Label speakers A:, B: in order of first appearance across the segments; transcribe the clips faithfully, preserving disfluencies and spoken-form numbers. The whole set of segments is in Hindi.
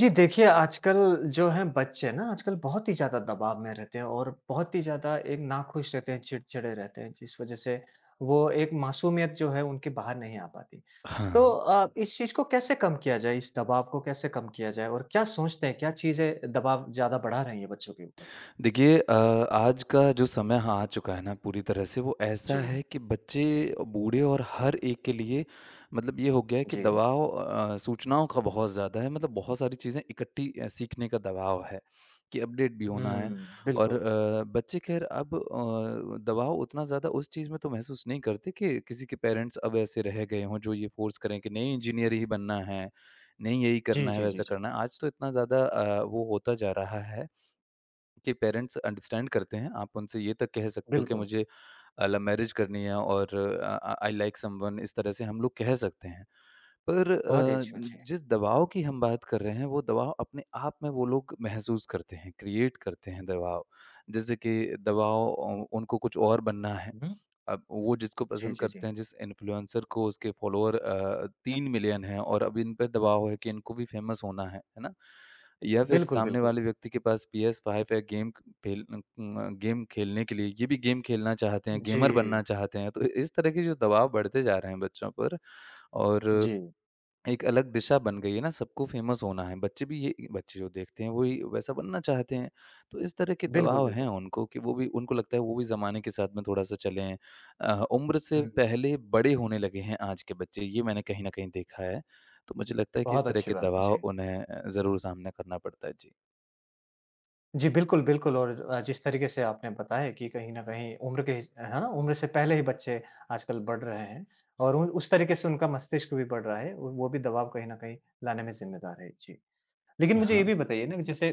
A: जी देखिए, आजकल जो हैं बच्चे हैं ना, आजकल बहुत ही ज़्यादा दबाव में रहते हैं और बहुत ही ज़्यादा एक नाखुश रहते हैं, चिड़चिड़े रहते हैं, जिस वज़ह से वो एक मासूमियत जो है उनकी बाहर नहीं आ पाती। तो
B: हाँ,
A: अ, इस चीज़ को कैसे कम किया जाए? इस दबाव को कैसे कम किया जाए और क्या सोचते हैं, क्या चीज़ें दबाव ज़्यादा बढ़ा रही हैं बच्चों के ऊपर?
B: देखिए, अ, आज का जो समय, हाँ, आ चुका है ना, पूरी तरह से। वो ऐसा
A: जी,
B: है कि बच्चे, बूढ़े और हर एक के लिए, मतलब ये हो गया है कि
A: जी।
B: दबाव अ, सूचनाओं का बहुत ज़्यादा है। मतलब बहुत सारी चीज़ें इकट्ठी अ, सीखने का दबाव है कि अपडेट भी होना है।
A: हुँ,
B: और
A: बिल्कुल।
B: अ, बच्चे, खैर, अब अ, दबाव उतना ज़्यादा उस चीज़ में तो महसूस नहीं करते कि किसी के पेरेंट्स अब ऐसे रह गए हों जो ये फ़ोर्स करें कि नहीं, इंजीनियर ही बनना है, नहीं यही
A: जी,
B: करना है,
A: जी, जी,
B: वैसा
A: जी।
B: करना है। आज तो इतना ज़्यादा अ, वो होता जा रहा है कि पेरेंट्स अंडरस्टैंड करते हैं। आप उनसे ये तक कह सकते हो कि
A: बिल्कुल,
B: मुझे अ, लव मैरिज करनी है, और अ, आई लाइक समवन, इस तरह से हम लोग कह सकते हैं। पर
A: बहुत ही
B: अ,
A: अच्छी बात है।
B: जिस दबाव की हम बात कर रहे हैं, वो दबाव अपने आप में वो लोग महसूस करते हैं, क्रिएट करते हैं दबाव। जैसे कि दबाव अ, उनको कुछ और बनना है।
A: हुँ,
B: अब वो जिसको
A: जी,
B: पसंद
A: जी, जी।
B: करते हैं, जिस इन्फ्लुएंसर को, उसके फ़ॉलोअर अ, तीन मिलियन हैं, और अब इन पे दबाव है कि इनको भी फ़ेमस होना है, है ना? या फिर
A: बिल्कुल,
B: सामने
A: बिल्कुल।
B: वाले व्यक्ति के पास P S फाइव है, गेम खेल अ, गेम खेलने के लिए ये भी गेम खेलना चाहते हैं,
A: जी,
B: गेमर बनना चाहते हैं। तो इस तरह के जो दबाव बढ़ते जा रहे हैं बच्चों पर, और
A: जी।
B: एक अलग दिशा बन गई है ना, सबको फ़ेमस होना है। बच्चे भी, ये बच्चे जो देखते हैं वही वैसा बनना चाहते हैं। तो इस तरह के
A: बिल्कुल,
B: दबाव हैं
A: बिल्कुल।
B: उनको कि वो भी, उनको लगता है वो भी ज़माने के साथ में थोड़ा-सा चलें। अ, उम्र से
A: हुँ।
B: पहले बड़े होने लगे हैं आज के बच्चे, ये मैंने कहीं न कहीं देखा है। तो मुझे लगता है कि
A: बहुत
B: इस तरह
A: अच्छी
B: के
A: बात।
B: दबाव
A: जी।
B: उन्हें अ, ज़रूर सामना करना पड़ता है। जी।
A: जी, बिल्कुल, बिल्कुल और अ, जिस तरीके से आपने बताया कि कहीं न कहीं उम्र के हिस है ना? उम्र से पहले ही बच्चे आजकल बढ़ रहे हैं और उ उस तरीके से उनका मस्तिष्क भी बढ़ रहा है और वो भी दबाव कहीं न कहीं लाने में ज़िम्मेदार है। जी। लेकिन मुझे
B: हाँ।
A: ये भी बताइए ना कि जैसे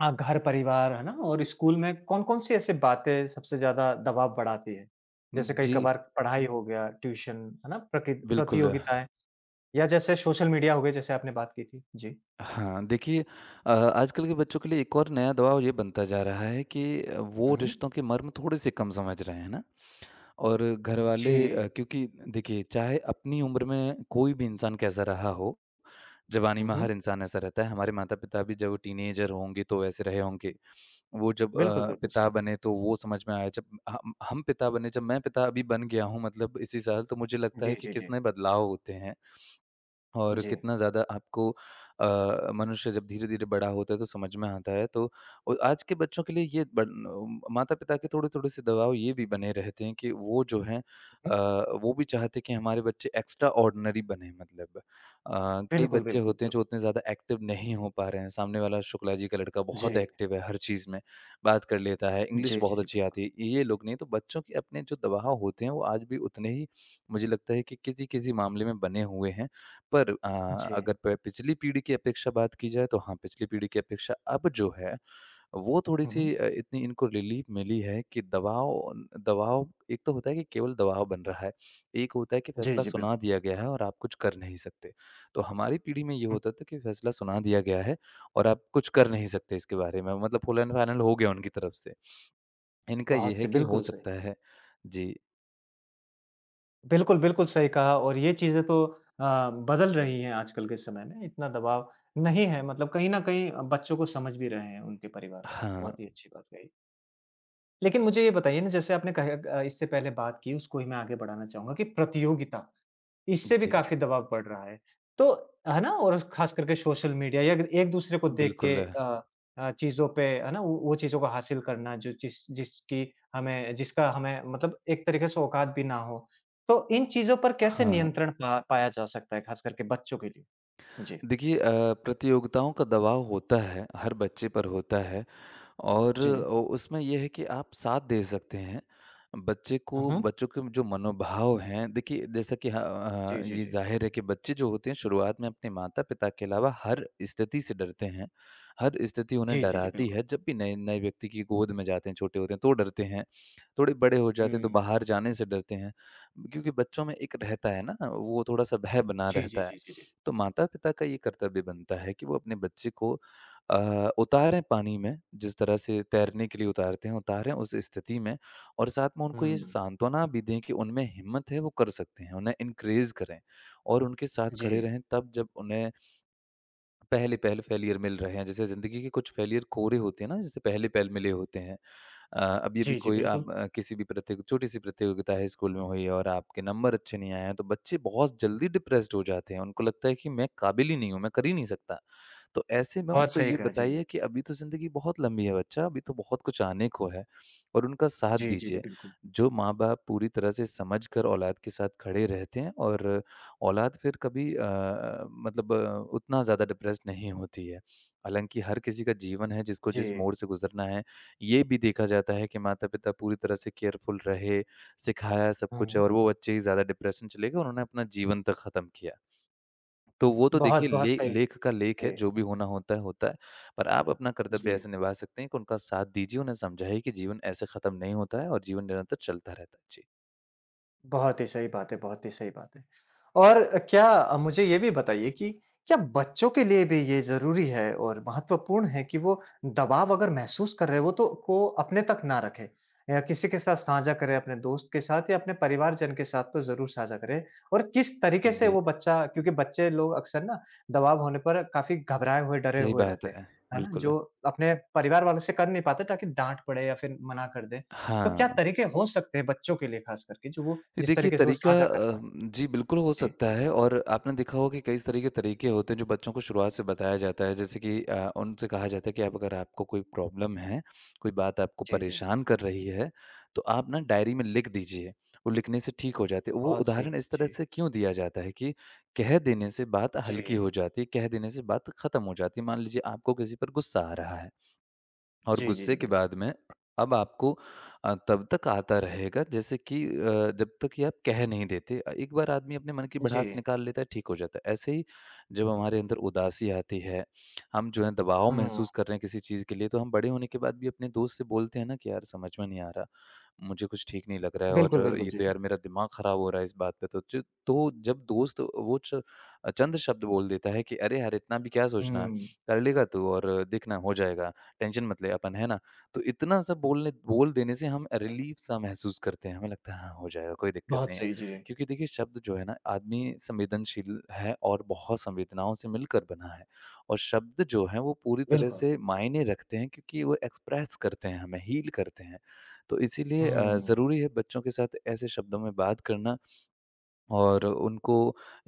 A: अ, घर-परिवार है ना? और स्कूल में कौन-कौन सी ऐसी बातें सबसे ज़्यादा दबाव बढ़ाती है? जैसे
B: जी,
A: कई-कभार पढ़ाई हो गया, ट्यूशन है ना? प्रकि
B: बिल्कुल।
A: प्रतियोगिताएँ या जैसे सोशल मीडिया हो गए जैसे आपने बात की थी। जी।
B: हाँ, देखिए, अ, आजकल के बच्चों के लिए एक और नया दबाव ये बनता जा रहा है कि वो
A: हुँ, हुँ।
B: रिश्तों के मर्म थोड़े-से कम समझ रहे हैं ना? और घरवाले, अ,
A: जी।
B: क्योंकि देखिए, चाहे अपनी उम्र में कोई भी इंसान कैसा रहा हो, जवानी
A: हुँ,
B: में
A: हुँ।
B: हर इंसान ऐसा रहता है। हमारे माता-पिता भी जब टीनेजर होंगे तो ऐसे रहे होंगे। वो जब
A: बिल्कुल,
B: अ,
A: बिल्कुल,
B: पिता
A: जी।
B: बने तो वो समझ में आया। जब हम हम पिता बने, जब मैं पिता अभी बन गया हूँ, मतलब इसी साल, तो मुझे लगता
A: जी,
B: है कि
A: जी, जी।
B: कितने बदलाव होते हैं। और
A: जी।
B: कितना ज़्यादा आपको अ, मनुष्य जब धीरे-धीरे बड़ा होता है तो समझ में आता है। तो अ, आज के बच्चों के लिए ये बन अ, माता-पिता के थोड़े-थोड़े से दबाव ये भी बने रहते हैं कि वो जो हैं,
A: हुँ।
B: अ, वो भी चाहते हैं कि हमारे बच्चे एक्स्ट्रा ऑर्डिनरी बने, मतलब। अ, कई
A: बिल्कुल,
B: बच्चे
A: बिल्कुल,
B: होते हैं
A: बिल्कुल।
B: जो उतने ज़्यादा एक्टिव नहीं हो पा रहे हैं। सामने वाला शुक्ला जी का लड़का
A: जी।
B: बहुत एक्टिव है हर चीज़ में, बात कर लेता है, इंग्लिश
A: जी, जी,
B: बहुत
A: जी,
B: अच्छी
A: बिल्कुल।
B: आती है, ये लोग नहीं। तो बच्चों के अपने जो दबाव होते हैं वो आज भी उतने ही, मुझे लगता है कि किसी-किसी मामले में बने हुए हैं। पर अ,
A: जी।
B: अगर प पिछली पीढ़ी की अपेक्षा बात की जाए तो हाँ, पिछली पीढ़ी की अपेक्षा अब जो है, वो
A: हुँ, हुँ।
B: थोड़ी-सी अ, इतनी इनको रिलीफ़ मिली है कि दबाव। दबाव एक तो होता है कि केवल दबाव बन रहा है, एक होता है कि
A: जी,
B: फैसला
A: जी,
B: सुना
A: बिल्कुल।
B: दिया गया है और आप कुछ कर नहीं सकते। तो हमारी पीढ़ी में ये
A: हुँ,
B: होता था कि फैसला सुना दिया गया है और आप कुछ कर नहीं सकते इसके बारे में, मतलब फ़ुल एंड फाइनल हो गया उनकी तरफ से। इनका ये
A: बहुत
B: है
A: सही,
B: कि हो
A: बिल्कुल सही।
B: सकता है। जी।
A: बिल्कुल, बिल्कुल सही कहा और ये चीज़ें तो अ, बदल रही हैं आजकल के समय में, इतना दबाव नहीं है मतलब कहीं न कहीं अ, बच्चों को समझ भी रहे हैं उनके परिवार वाले,
B: हाँ।
A: बहुत ही अच्छी बात कही। लेकिन मुझे ये बताइए ना जैसे आपने कहा अ, इससे पहले बात की उसको ही मैं आगे बढ़ाना चाहूँगा कि प्रतियोगिता इससे भी
B: जी,
A: काफ़ी दबाव बढ़ रहा है। तो है ना? और ख़ास करके सोशल मीडिया या ग एक-दूसरे को देख के
B: बिल्कुल।
A: अ अ, चीज़ों पे है ना? वो वो चीज़ों को हासिल करना जो जिस जिसकी हमें जिसका हमें मतलब एक तरीके से औकात भी ना हो। तो इन चीज़ों पर कैसे
B: हाँ।
A: नियंत्रण पा पाया जा सकता है ख़ास करके बच्चों के लिए? जी।
B: देखिए, अ, प्रतियोगिताओं का दबाव होता है, हर बच्चे पर होता है। और
A: जी।
B: अ, उसमें ये है कि आप साथ दे सकते हैं। बच्चे को,
A: हुँ, हुँ।
B: बच्चों के जो मनोभाव हैं, देखिए जैसा कि ह
A: जी,
B: अ,
A: जी,
B: ये
A: जी।
B: ज़ाहिर है कि बच्चे जो होते हैं शुरुआत में अपने माता-पिता के अलावा हर स्थिति से डरते हैं। हर स्थिति उन्हें
A: जी, जी, जी,
B: डराती है,
A: बिल्कुल।
B: जब भी नए-नए व्यक्ति की गोद में जाते हैं, छोटे होते हैं तो डरते हैं। थोड़े बड़े हो जाते हैं तो
A: हुँ।
B: बाहर जाने से डरते हैं, क्योंकि बच्चों में एक रहता है ना, वो थोड़ा-सा भय बना
A: जी, जी,
B: रहता है।
A: जी, जी, जी।
B: तो माता-पिता का ये कर्तव्य बनता है कि वो अपने बच्चे को अ, उतारें पानी में, जिस तरह से तैरने के लिए उतारते हैं, उतारें उस स्थिति में, और साथ में उनको ये
A: हुँ।
B: सांत्वना भी दें कि उनमें हिम्मत है, वो कर सकते हैं। उन्हें एनकरेज करें और उनके साथ
A: जी।
B: खड़े रहें, तब जब उन्हें पहले-पहल फेलियर मिल रहे हैं। जैसे ज़िंदगी के कुछ फेलियर कोरे होते हैं ना, जैसे पहले-पहल मिले होते हैं। अ, अब ये भी,
A: जी, जी,
B: कोई
A: बिल्कुल।
B: आप अ, किसी भी प्रतियो छोटी सी प्रतियोगिता है स्कूल में हुई है और आपके नंबर अच्छे नहीं आए हैं, तो बच्चे बहुत जल्दी डिप्रेस्ड हो जाते हैं। उनको लगता है कि मैं काबिल ही नहीं हूँ, मैं कर ही नहीं सकता। तो ऐसे में
A: बहुत
B: उनको
A: सही
B: ये
A: कहा। जी।
B: बताइए कि अभी तो ज़िंदगी बहुत लंबी है बच्चा, अभी तो बहुत कुछ आने को है, और उनका साथ
A: जी, जी, जी,
B: दीजिए।
A: बिल्कुल।
B: जो माँ-बाप पूरी तरह से समझ कर औलाद के साथ खड़े रहते हैं, और औलाद फिर कभी, अ, मतलब अ, उतना ज़्यादा डिप्रेस्ड नहीं होती है। हालाँकि हर किसी का जीवन है, जिसको
A: जी।
B: जिस मोड़ से गुज़रना है, ये भी देखा जाता है कि माता-पिता पूरी तरह से केयरफुल रहे, सिखाया सब कुछ
A: हुँ।
B: है, और वो बच्चे ही ज़्यादा डिप्रेशन चले गए, उन्होंने अपना जीवन तक खत्म किया। तो वो तो
A: बहुत,
B: देखिए,
A: बहुत
B: ले
A: सही।
B: लेख का लेख है,
A: जी,
B: जो भी होना होता है, होता है। पर आप अपना कर्तव्य
A: जी।
B: ऐसे निभा सकते हैं कि उनका साथ दीजिए, उन्हें समझाइए कि जीवन ऐसे खत्म नहीं होता है और जीवन निरंतर चलता रहता है। जी।
A: बहुत ही सही बात है, बहुत ही सही बात है। और अ, क्या अ, मुझे ये भी बताइए कि क्या बच्चों के लिए भी ये ज़रूरी है और महत्वपूर्ण है कि वो दबाव अगर महसूस कर रहे हैं, वो तो को अपने तक ना रखें या किसी के साथ साझा करें, अपने दोस्त के साथ या अपने परिवारजन के साथ तो ज़रूर साझा करें? और किस तरीके से
B: जी,
A: वो बच्चा क्योंकि बच्चे लोग अक्सर ना दबाव होने पर काफ़ी घबराए हुए, डरे
B: सही
A: हुए
B: बात
A: रहते हैं,
B: है।
A: है ना?
B: बिल्कुल।
A: जो अपने परिवार वालों से कर नहीं पाते ताकि डाँट पड़े या फिर मना कर दें। तो क्या
B: हाँ।
A: तरीके हो सकते हैं बच्चों के लिए खास करके जो वो
B: ये
A: जिस
B: देखिए
A: तरीके से वो
B: तरीका,
A: साझा कर
B: अ,
A: पाएँ?
B: जी बिल्कुल हो
A: जी।
B: सकता है, और आपने देखा होगा कि कई तरह के तरीके होते हैं जो बच्चों को शुरुआत से बताया जाता है, जैसे कि अ, उनसे कहा जाता है कि आप, अगर आपको कोई प्रॉब्लम है, कोई बात आपको
A: जी, जी, जी।
B: परेशान कर रही है, तो आप ना डायरी में लिख दीजिए, वो लिखने से ठीक हो जाती है। वो
A: बहुत सही।
B: उदाहरण इस तरह
A: जी।
B: से क्यों दिया जाता है कि कह देने से बात
A: जी।
B: हल्की हो जाती है, कह देने से बात खत्म हो जाती है। मान लीजिए आपको किसी पर गुस्सा आ रहा है, और
A: जी, जी, जी,
B: गुस्से के
A: बिल्कुल।
B: बाद में अब आपको अ, तब तक आता रहेगा, जैसे कि अ, जब तक कि आप कह नहीं देते। अ, एक बार आदमी अपने मन की भड़ास
A: जी।
B: निकाल लेता है, ठीक हो जाता है। ऐसे ही जब हमारे अंदर उदासी आती है, हम जो है दबाव
A: हुँ।
B: महसूस कर रहे हैं किसी चीज़ के लिए, तो हम बड़े होने के बाद भी अपने दोस्त से बोलते हैं ना कि यार, समझ में नहीं आ रहा, मुझे कुछ ठीक नहीं लग रहा है,
A: बिल्कुल,
B: और
A: बिल्कुल,
B: ये तो
A: जी।
B: यार, मेरा दिमाग ख़राब हो रहा है इस बात पे। तो जो- तो जब दोस्त वो च- चंद शब्द बोल देता है कि अरे यार, इतना भी क्या सोचना,
A: हुँ।
B: कर लेगा तू, और देखना, हो जाएगा, टेंशन मत ले अपन, है ना? तो इतना सब बोलने बोल देने से हम रिलीफ़ सा महसूस करते हैं, हमें लगता है हाँ, हो जाएगा, कोई दिक्कत
A: बहुत
B: नहीं है।
A: सही, जी।
B: क्योंकि देखिए, शब्द जो है ना, आदमी संवेदनशील है और बहुत संवेदनाओं से मिलकर बना है, और शब्द जो हैं, वो पूरी तरह
A: बिल्कुल।
B: से मायने रखते हैं, क्योंकि वो एक्सप्रेस करते हैं हमें, हील करते हैं। तो इसीलिए अ,
A: हुँ।
B: ज़रूरी है बच्चों के साथ ऐसे शब्दों में बात करना, और उनको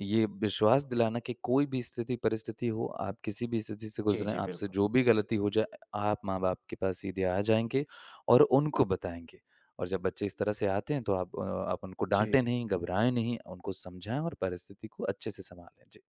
B: ये विश्वास दिलाना कि कोई भी स्थिति परिस्थिति हो, आप किसी भी स्थिति से
A: जी,
B: गुज़रें,
A: जी,
B: आपसे
A: बिल्कुल।
B: जो भी गलती हो जाए, आप माँ-बाप के पास सीधे आ जाएँगे और उनको बताएँगे। और जब बच्चे इस तरह से आते हैं तो आप अ, आप उनको
A: जी।
B: डाँटें नहीं, घबराएँ नहीं, उनको समझाएँ और परिस्थिति को अच्छे से सँभालें। जी।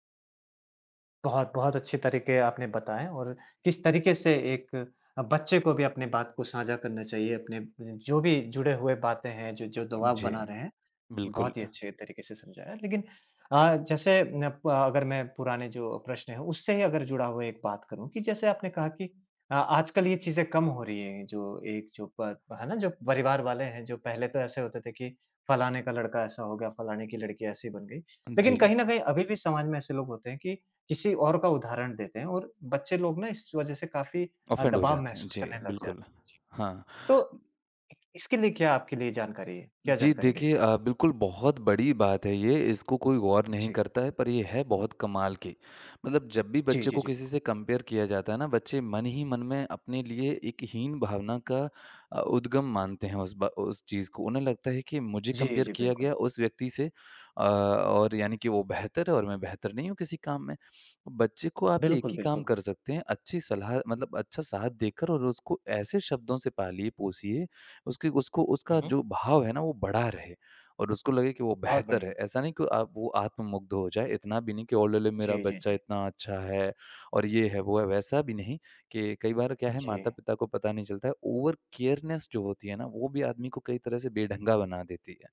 A: बहुत, बहुत अच्छे तरीके आपने बताएँ और किस तरीके से एक अ, बच्चे को भी अपनी बात को साझा करना चाहिए, अपने जो भी जुड़े हुए बातें हैं, जो जो दबाव
B: जी,
A: बना रहे हैं।
B: बिल्कुल।
A: बहुत ही अच्छे तरीके से समझाया लेकिन अ, जैसे न प अगर मैं पुराने जो प्रश्न हैं उससे ही अगर जुड़ा हुआ एक बात करूँ कि जैसे आपने कहा कि अ, आजकल ये चीज़ें कम हो रही हैं जो एक जो प है ना? जो परिवार वाले हैं जो पहले तो ऐसे होते थे कि फलाने का लड़का ऐसा हो गया, फलाने की लड़की ऐसी बन गई। लेकिन
B: जी,
A: कहीं न कहीं अभी भी समाज में ऐसे लोग होते हैं कि किसी और का उदाहरण देते हैं और बच्चे लोग ना इस वज़ह से काफ़ी अ,
B: ऑफेंड हो
A: दबाव
B: जाते हैं।
A: महसूस
B: जी,
A: करने लग जाते
B: बिल्कुल।
A: हैं। जी।
B: हाँ।
A: तो इसके लिए क्या आपके लिए जानकारी है? क्या
B: जी,
A: जानकारी देंगे?
B: देखिए, अ, बिल्कुल बहुत बड़ी बात है ये, इसको कोई गौर नहीं
A: जी।
B: करता है, पर ये है बहुत कमाल की। मतलब जब भी
A: जी,
B: बच्चे
A: जी,
B: को
A: जी,
B: किसी
A: बिल्कुल।
B: से कंपेयर किया जाता है ना, बच्चे मन ही मन में अपने लिए एक हीन भावना का अ, उद्गम मानते हैं उस बा उस चीज़ को। उन्हें लगता है कि मुझे
A: जी,
B: कंपेयर
A: जी,
B: किया
A: बिल्कुल।
B: गया उस व्यक्ति से, अ, और यानी कि वो बेहतर है और मैं बेहतर नहीं हूँ किसी काम में। बच्चे को आप एक
A: बिल्कुल,
B: ही काम
A: बिल्कुल।
B: कर सकते हैं, अच्छी सलाह, मतलब अच्छा साथ देकर, और उसको ऐसे शब्दों से पालिए, पोसिए, उसके उसको
A: हुँ,
B: उसका
A: हुँ।
B: जो भाव है ना वो बढ़ा रहे, और उसको लगे कि वो
A: बहुत
B: बेहतर है।
A: बढ़िया।
B: ऐसा नहीं कि आप वो आत्ममुग्ध हो जाए, इतना भी नहीं कि ओलेले मेरा
A: जी, जी,
B: बच्चा
A: जी।
B: इतना अच्छा है, और ये है, वो है, वैसा भी नहीं कि कई बार क्या है,
A: जी,
B: माता-पिता को पता नहीं चलता है। ओवर केयरनेस जो होती है ना, वो भी आदमी को कई तरह से बेढंगा बना देती है।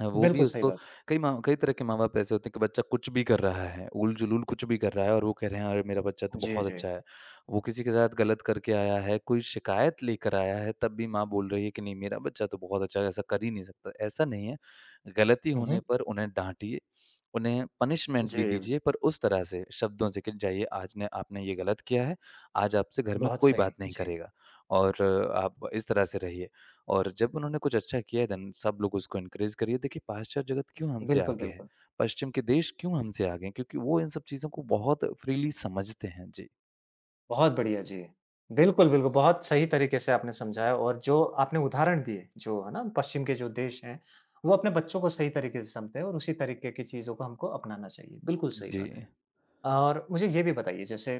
B: अ, वो भी
A: बिल्कुल सही
B: उसको
A: बात
B: कई माँ कई तरह के माँ-बाप ऐसे होते हैं कि बच्चा कुछ भी कर रहा है, उल-जुलूल कुछ भी कर रहा है और वो कह रहे हैं, अरे मेरा बच्चा तो
A: है। जी,
B: बहुत
A: जी।
B: अच्छा है। वो किसी के साथ गलत करके आया है, कोई शिकायत लेकर आया है, तब भी माँ बोल रही है कि नहीं, मेरा बच्चा तो बहुत अच्छा है, ऐसा कर ही नहीं सकता। ऐसा नहीं है। गलती
A: हुँ,
B: होने
A: हुँ।
B: पर उन्हें डाँटिए, उन्हें पनिशमेंट
A: जी,
B: भी दीजिए, पर उस तरह से शब्दों से कि जाइए, आज ने आपने ये गलत किया है, आज आपसे घर में
A: बहुत
B: कोई
A: सही।
B: बात नहीं
A: जी,
B: करेगा और आप इस तरह से रहिए। और जब उन्होंने कुछ अच्छा किया, देन सब लोग उसको एनकरेज करिए। देखिए, पाश्चात्य जगत क्यों हमसे
A: बिल्कुल,
B: आगे है?
A: बिल्कुल।
B: पश्चिम के देश क्यों हमसे आगे हैं? क्योंकि वो इन सब चीज़ों को बहुत फ्रीली समझते हैं। जी।
A: बहुत बढ़िया, जी। बिल्कुल, बिल्कुल, बहुत सही तरीके से आपने समझाया और जो आपने उदाहरण दिए, जो है ना पश्चिम के जो देश हैं, वो अपने बच्चों को सही तरीके से समझाते हैं और उसी तरीके की चीज़ों को हमको अपनाना चाहिए। बिल्कुल सही
B: जी।
A: बात है। और मुझे ये भी बताइए जैसे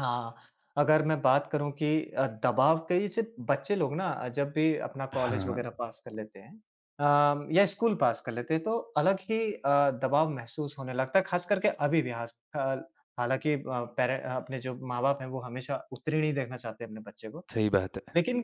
A: हाँ, अगर मैं बात करूँ कि अ, दबाव कई से बच्चे लोग ना अ, जब भी अपना कॉलेज
B: हाँ,
A: वगैरह पास कर लेते हैं अम, या स्कूल पास कर लेते हैं तो अलग ही अ, दबाव महसूस होने लगता है खास करके अभी भी हास अ, हालाँकि अ, पेरे अ, अपने जो माँ-बाप हैं वो हमेशा उत्तीर्ण ही देखना चाहते हैं अपने बच्चे को।
B: सही बात है।
A: लेकिन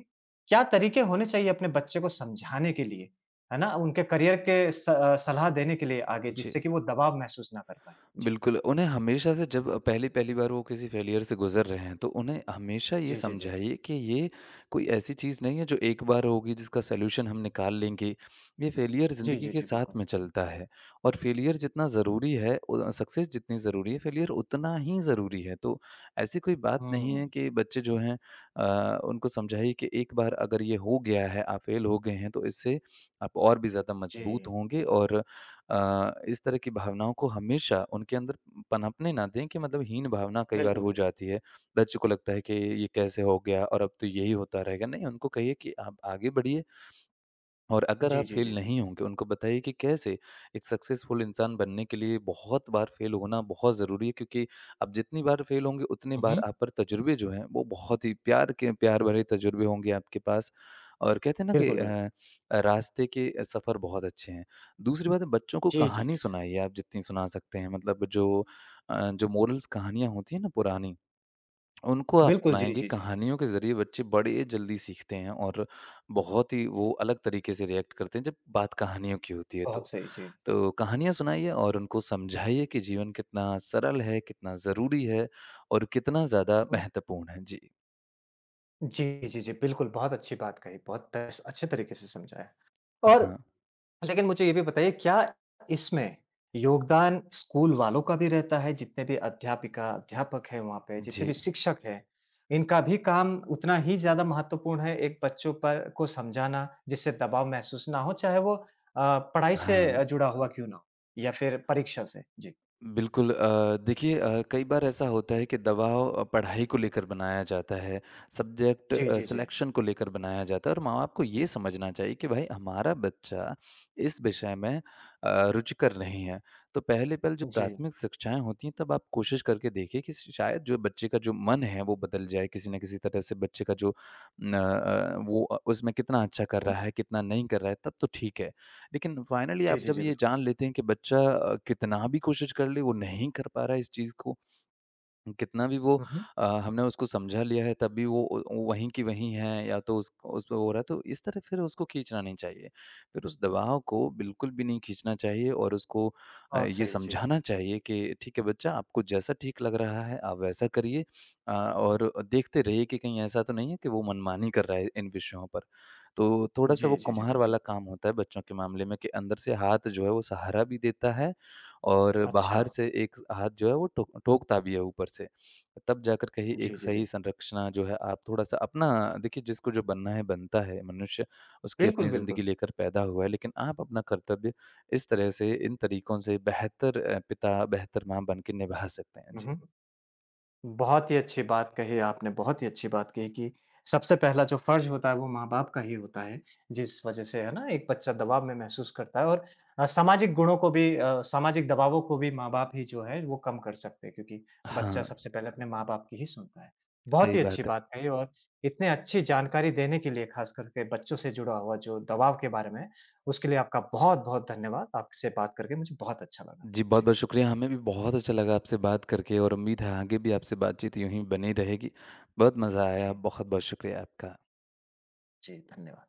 A: क्या तरीके होने चाहिए अपने बच्चे को समझाने के लिए, है ना? उनके करियर के स अ, सलाह देने के लिए आगे
B: जी।
A: जिससे कि वो दबाव महसूस ना कर पाएँ? जी।
B: बिल्कुल, उन्हें हमेशा से जब पहली-पहली बार वो किसी फेलियर से गुज़र रहे हैं, तो उन्हें हमेशा ये
A: जी, जी, जी।
B: समझाइए कि ये कोई ऐसी चीज़ नहीं है जो एक बार होगी जिसका सॉल्यूशन हम निकाल लेंगे। ये फेलियर
A: जी,
B: ज़िंदगी
A: जी,
B: के
A: जी, बिल्कुल।
B: साथ में चलता है और फेलियर जितना ज़रूरी है, उ सक्सेस जितनी ज़रूरी है, फेलियर उतना ही ज़रूरी है। तो ऐसी कोई बात नहीं है
A: हुँ,
B: कि बच्चे जो हैं, अ, उनको समझाइए कि एक बार अगर ये हो गया है, आप फेल हो गए हैं, तो इससे आप और भी ज़्यादा मजबूत
A: जी।
B: होंगे। और अ, इस तरह की भावनाओं को हमेशा उनके अंदर पनपने ना दें कि मतलब हीन भावना कई बार
A: बिल्कुल,
B: हो
A: बिल्कुल।
B: जाती है। बच्चे को लगता है कि ये कैसे हो गया और अब तो यही होता रहेगा। नहीं, उनको कहिए कि आप आगे बढ़िए और अगर
A: जी,
B: आप
A: जी,
B: फेल
A: जी।
B: नहीं होंगे, उनको बताइए कि कैसे एक सक्सेसफुल इंसान बनने के लिए बहुत बार फेल होना बहुत ज़रूरी है, क्योंकि आप जितनी बार फेल होंगे, उतनी
A: हुँ,
B: बार
A: हुँ।
B: आप पर तजुर्बे जो हैं, वो बहुत ही प्यार के, प्यार भरे तजुर्बे होंगे आपके पास। और कहते हैं ना कि
A: बिल्कुल, बिल्कुल।
B: अ, रास्ते के अ, सफ़र बहुत अच्छे हैं। दूसरी बात है, बच्चों को
A: जी, जी,
B: कहानी
A: जी।
B: सुनाइए आप जितनी सुना सकते हैं। मतलब जो अ, जो मोरल्स कहानियाँ होती हैं ना पुरानी, उनको आप
A: बिल्कुल, जी,
B: सुनाएँगे,
A: जी, जी।
B: कहानियों के ज़रिए बच्चे बड़े जल्दी सीखते हैं और बहुत ही वो अलग तरीके से रिएक्ट करते हैं, जब बात कहानियों की होती है
A: बहुत
B: तो।
A: सही, जी।
B: तो कहानियाँ सुनाइए और उनको समझाइए कि जीवन कितना सरल है, कितना ज़रूरी है और कितना ज़्यादा
A: हुँ।
B: महत्वपूर्ण है। जी।
A: जी, जी, जी, बिल्कुल, बहुत अच्छी बात कही, बहुत बेस अच्छे तरीके से समझाया। और
B: हाँ।
A: लेकिन मुझे ये भी बताइए क्या इसमें योगदान स्कूल वालों का भी रहता है? जितने भी अध्यापिका, अध्यापक हैं वहाँ पे, जितने भी
B: जी।
A: शिक्षक हैं, इनका भी काम उतना ही ज़्यादा महत्वपूर्ण है एक बच्चों पर को समझाना जिससे दबाव महसूस ना हो, चाहे वो अ, पढ़ाई से अ,
B: हाँ।
A: जुड़ा हुआ क्यों ना हो या फिर परीक्षा से? जी।
B: बिल्कुल। अ, देखिए, अ, कई बार ऐसा होता है कि दबाव अ, पढ़ाई को लेकर बनाया जाता है, सब्जेक्ट
A: जी,
B: अ,
A: जी, जी।
B: सिलेक्शन को लेकर बनाया जाता है और माँ-बाप को ये समझना चाहिए कि भाई हमारा बच्चा इस विषय में अ, रुचिकर नहीं है। तो पहले-पहले जो
A: जी।
B: प्राथमिक शिक्षाएँ होती हैं, तब आप कोशिश करके देखिए कि शायद जो बच्चे का जो मन है वो बदल जाए, किसी न किसी तरह से बच्चे का जो न अ, वो उसमें कितना अच्छा कर
A: हुँ।
B: रहा है, कितना नहीं कर रहा है, तब तो ठीक है। लेकिन फाइनली
A: जी,
B: आप
A: जी,
B: जब
A: जी,
B: ये
A: बिल्कुल।
B: जान लेते हैं कि बच्चा अ, कितना भी कोशिश कर ले, वो नहीं कर पा रहा है इस चीज़ को, कितना भी वो
A: हुँ, हुँ।
B: अ, हमने उसको समझा लिया है, तब भी वो वो वहीं की वहीं है या तो उस उस पे हो रहा है, तो इस तरह फिर उसको खींचना नहीं चाहिए। फिर उस दबाव को बिल्कुल भी नहीं खींचना चाहिए और उसको अ,
A: बहुत
B: ये
A: सही, जी।
B: समझाना चाहिए कि ठीक है बच्चा, आपको जैसा ठीक लग रहा है आप वैसा करिए। अ, और देखते रहिए कि कहीं ऐसा तो नहीं है कि वो मनमानी कर रहा है इन विषयों पर। तो थोड़ा-सा
A: जी,
B: वो
A: जी, जी,
B: कुम्हार
A: बिल्कुल।
B: वाला काम होता है बच्चों के मामले में कि अंदर से हाथ जो है वो सहारा भी देता है और
A: अच्छा।
B: बाहर से एक हाथ जो है वो टोक टोकता भी है ऊपर से। तब जाकर कहीं
A: जी,
B: एक
A: जी,
B: सही
A: जी।
B: संरचना जो है आप थोड़ा-सा अपना, देखिए, जिसको जो बनना है बनता है मनुष्य, उसकी
A: बिल्कुल,
B: अपनी
A: बिल्कुल।
B: ज़िंदगी लेकर पैदा हुआ है। लेकिन आप अपना कर्तव्य इस तरह से, इन तरीकों से बेहतर अ, पिता, बेहतर माँ बन के निभा सकते हैं।
A: हुँ,
B: जी।
A: हुँ। बहुत ही अच्छी बात कही आपने, बहुत ही अच्छी बात कही कि सबसे पहला जो फ़र्ज़ होता है वो माँ-बाप का ही होता है, जिस वज़ह से है ना एक बच्चा दबाव में महसूस करता है और अ, सामाजिक गुणों को भी अ, सामाजिक दबावों को भी माँ-बाप ही जो है वो कम कर सकते हैं क्योंकि बच्चा
B: हाँ,
A: सबसे पहले अपने माँ-बाप की ही सुनता है। बहुत
B: सही
A: ही अच्छी
B: बात है।
A: बात कही और इतने अच्छी जानकारी देने के लिए ख़ास करके बच्चों से जुड़ा हुआ जो दबाव के बारे में, उसके लिए आपका बहुत-बहुत धन्यवाद। आपसे बात करके मुझे बहुत अच्छा लगा।
B: जी,
A: जी।
B: बहुत-बहुत शुक्रिया। हमें भी बहुत अच्छा लगा आपसे बात करके और उम्मीद है आगे भी आपसे बातचीत यूँ ही बनी रहेगी। बहुत मज़ा आया।
A: जी,
B: बहुत-बहुत शुक्रिया आपका।
A: जी, धन्यवाद।